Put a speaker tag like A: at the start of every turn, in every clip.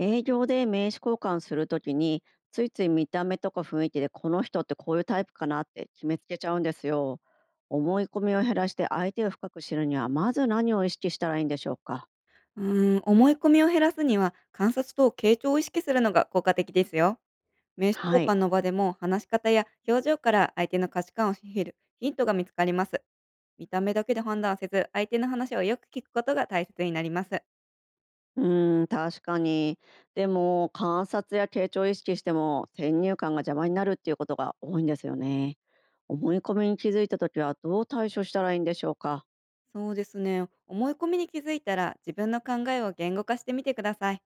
A: 営業で名刺交換するときについつい見た目とか雰囲気でこの人ってこういうタイプかなって決めつけちゃうんですよ。思い込みを減らして相手を深く知るにはまず何を意識したらいいんでしょうか？
B: う思い込みを減らすには観察と傾聴を意識するのが効果的ですよ。名刺交
A: はい。
B: 換の場でも話し方や表情から相手の価値観を知るヒントが見つかります。見た目だけで判断せず、相手の話をよく聞くことが大切になります。
A: うーん、確かに。でも観察や傾聴を意識しても先入観が邪魔になるっていうことが多いんですよね。思い込みに気づいたときはどう対処したらいいんでしょうか？
B: そうですね。思い込みに気づいたら、自分の考えを言語化してみてください。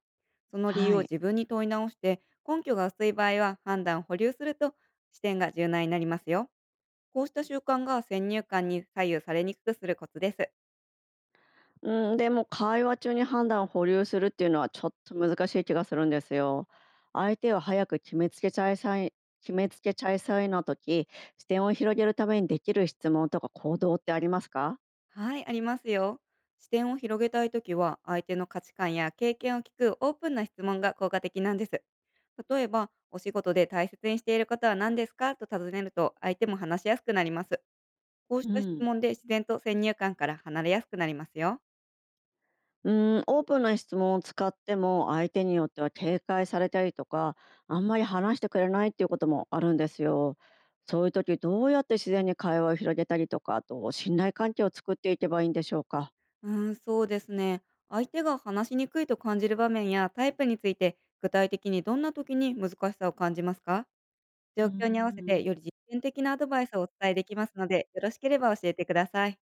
B: その理由
A: は
B: を
A: い。
B: 自分に問い直して、根拠が薄い場合は判断を保留すると、視点が柔軟になりますよ。こうした習慣が先入観に左右されにくくするコツです。
A: うん、でも会話中に判断を保留するっていうのはちょっと難しい気がするんですよ。相手を早く決めつけちゃいさい決めつけちゃいさいの時、視点を広げるためにできる質問とか行動ってありますか？
B: はい、ありますよ。視点を広げたいときは、相手の価値観や経験を聞くオープンな質問が効果的なんです。例えば、お仕事で大切にしていることは何ですかと尋ねると、相手も話しやすくなります。こうし
A: う
B: た質
A: ん、
B: 問で自然と先入観から離れやすくなりますよ。
A: うん、オープンな質問を使っても相手によっては警戒されたりとか、あんまり話してくれないっていうこともあるんですよ。そういう時どうやって自然に会話を広げたりとか、あと信頼関係を作っていけばいいんでしょうか。
B: そうですね。相手が話しにくいと感じる場面やタイプについて、具体的にどんな時に難しさを感じますか？
A: う
B: 状況に合わせて
A: ん。
B: より実践的なアドバイスをお伝えできますので、よろしければ教えてください。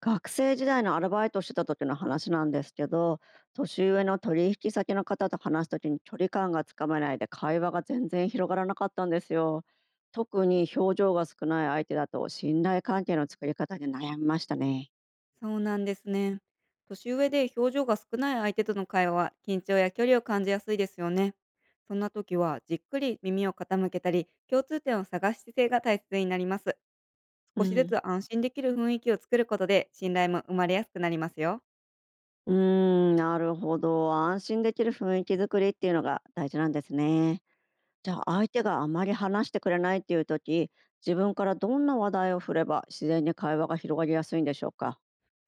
A: 学生時代のアルバイトしてた時の話なんですけど、年上の取引先の方と話す時に距離感がつかめないで会話が全然広がらなかったんですよ。特に表情が少ない相手だと信頼関係の作り方で悩みましたね。
B: そうなんですね。年上で表情が少ない相手との会話は、緊張や距離を感じやすいですよね。そんな時はじっくり耳を傾けたり、共通点を探す姿勢が大切になります。
A: う
B: 少しず
A: ん。
B: つ安心できる雰囲気を作ることで、信頼も生まれやすくなりますよ。
A: うーん、なるほど、安心できる雰囲気作りっていうのが大事なんですね。じゃあ相手があまり話してくれないっていう時、自分からどんな話題を振れば自然に会話が広がりやすいんでしょうか？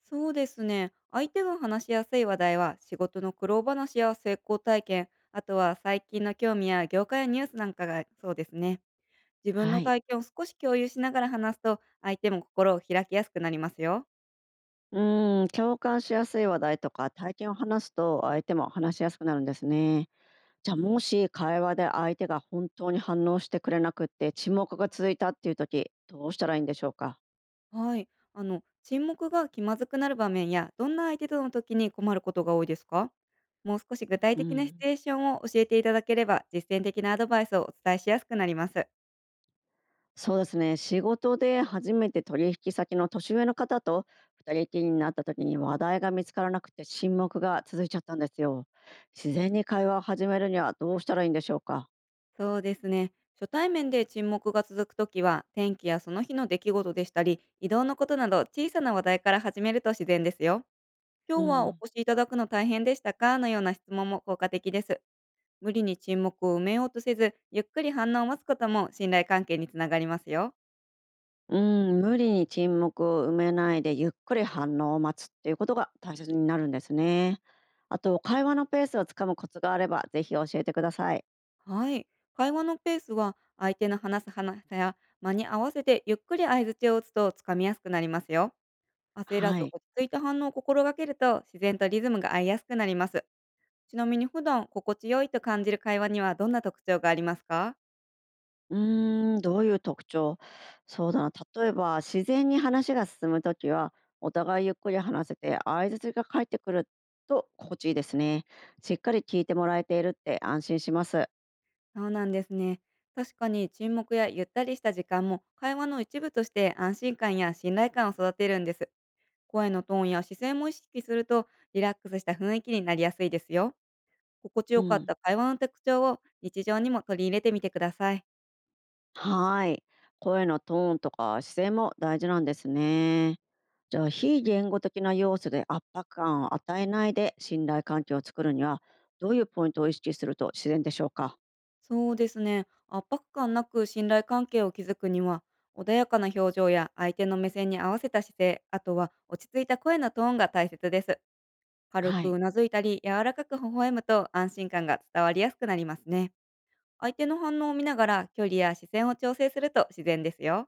B: そうですね。相手が話しやすい話題は、仕事の苦労話や成功体験、あとは最近の興味や業界やニュースなんかがそうですね。自分
A: は
B: の
A: い。
B: 体験を少し共有しながら話すと、相手も心を開きやすくなりますよ。
A: うーん、共感しやすい話題とか体験を話すと相手も話しやすくなるんですね。じゃあもし会話で相手が本当に反応してくれなくって沈黙が続いたっていう時、どうしたらいいんでしょうか？
B: はい。沈黙が気まずくなる場面や、どんな相手との時に困ることが多いですか？もう少し具体
A: う
B: 的なシ
A: ん、
B: チュエーションを教えていただければ、実践的なアドバイスをお伝えしやすくなります。
A: そうですね、仕事で初めて取引先の年上の方と二人きりになった時に話題が見つからなくて沈黙が続いちゃったんですよ。自然に会話を始めるにはどうしたらいいんでしょうか？
B: そうですね。初対面で沈黙が続くときは、天気やその日の出来事でしたり、移動のことなど小さな話題から始めると自然ですよ。
A: う
B: 今日はお
A: ん。
B: 越しいただくの大変でしたかのような質問も効果的です。無理に沈黙を埋めようとせず、ゆっくり反応を待つことも信頼関係につながりますよ。
A: うん、無理に沈黙を埋めないでゆっくり反応を待つっていうことが大切になるんですね。あと会話のペースをつかむコツがあればぜひ教えてください。
B: はい。会話のペースは、相手の話す話や間に合わせてゆっくり相槌を打つとつかみやすくなりますよ。焦ら
A: は
B: ず
A: い。
B: 落ち着いた反応を心がけると、自然とリズムが合いやすくなります。ちなみに、普段心地よいと感じる会話にはどんな特徴がありますか？
A: うーん、どういう特徴、そうだな。例えば自然に話が進むときはお互いゆっくり話せて相槌が返ってくると心地いいですね。しっかり聞いてもらえているって安心します。
B: そうなんですね。確かに沈黙やゆったりした時間も、会話の一部として安心感や信頼感を育てるんです。声のトーンや姿勢も意識すると、リラックスした雰囲気になりやすいですよ。心地
A: う
B: よかっ
A: ん。
B: た会話の特徴を日常にも取り入れてみてください。
A: はーい。声のトーンとか姿勢も大事なんですね。じゃあ非言語的な要素で圧迫感を与えないで信頼関係を作るにはどういうポイントを意識すると自然でしょうか？
B: そうですね。圧迫感なく信頼関係を築くには、穏やかな表情や相手の目線に合わせた姿勢、あとは落ち着いた声のトーンが大切です。軽
A: は
B: く
A: い。
B: うなずいたり、柔らかく微笑むと安心感が伝わりやすくなりますね。相手の反応を見ながら距離や視線を調整すると自然ですよ。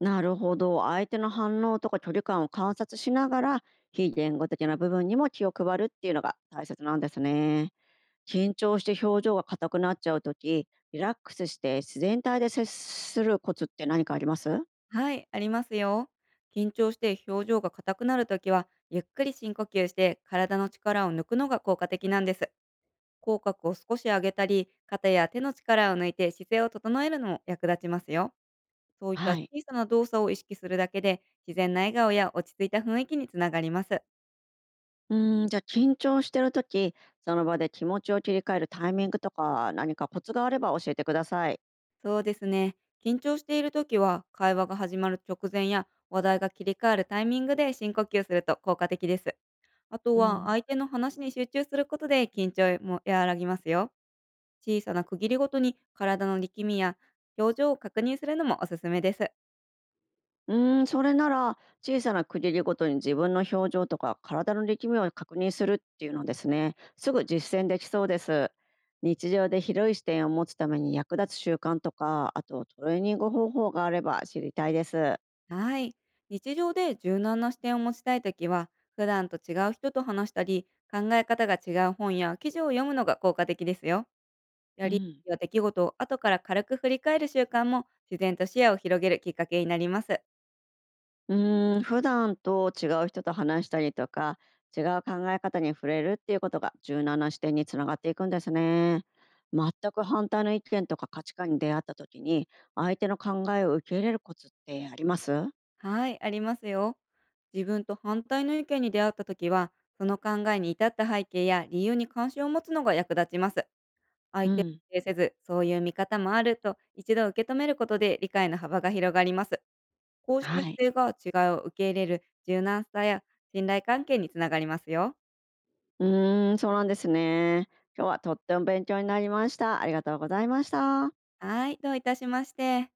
A: なるほど、相手の反応とか距離感を観察しながら非言語的な部分にも気を配るっていうのが大切なんですね。緊張して表情が硬くなっちゃうときリラックスして自然体で接するコツって何かあります？
B: はい、ありますよ。緊張して表情が硬くなるときは、ゆっくり深呼吸して体の力を抜くのが効果的なんです。口角を少し上げたり、肩や手の力を抜いて姿勢を整えるのも役立ちますよ。そういった
A: は
B: 小
A: い。
B: さな動作を意識するだけで、自然な笑顔や落ち着いた雰囲気につながります。
A: うーん、じゃあ緊張してる時、その場で気持ちを切り替えるタイミングとか、何かコツがあれば教えてください。
B: そうですね。緊張しているときは、会話が始まる直前や話題が切り替わるタイミングで深呼吸すると効果的です。あと
A: う
B: は
A: ん。
B: 相手の話に集中することで、緊張も和らぎますよ。小さな区切りごとに体の力みや表情を確認するのもおすすめです。
A: うーん、それなら小さな区切りごとに自分の表情とか体の力みを確認するっていうのですね。すぐ実践できそうです。日常で広い視点を持つために役立つ習慣とか、あとトレーニング方法があれば知りたいです。
B: はい。日常で柔軟な視点を持ちたいときは、普段と違う人と話したり、考え方が違う本や記事を読むのが効果的ですよ。や
A: う
B: り
A: ん。
B: や出来事を後から軽く振り返る習慣も、自然と視野を広げるきっかけになります。
A: うーん、普段と違う人と話したりとか、違う考え方に触れるっていうことが柔軟な視点につながっていくんですね。全く反対の意見とか価値観に出会った時に、相手の考えを受け入れるコツってあります？
B: はい、ありますよ。自分と反対の意見に出会った時は、その考えに至った背景や理由に関心を持つのが役立ちます。相
A: う
B: 手を
A: ん。
B: 否定せず、そういう見方もあると一度受け止めることで理解の幅が広がります。こうした
A: はい。
B: 姿勢が違いを受け入れる柔軟さや信頼関係につながりますよ。
A: うーん、そうなんですね。今日はとっても勉強になりました。ありがとうございました。
B: はい、どういたしまして。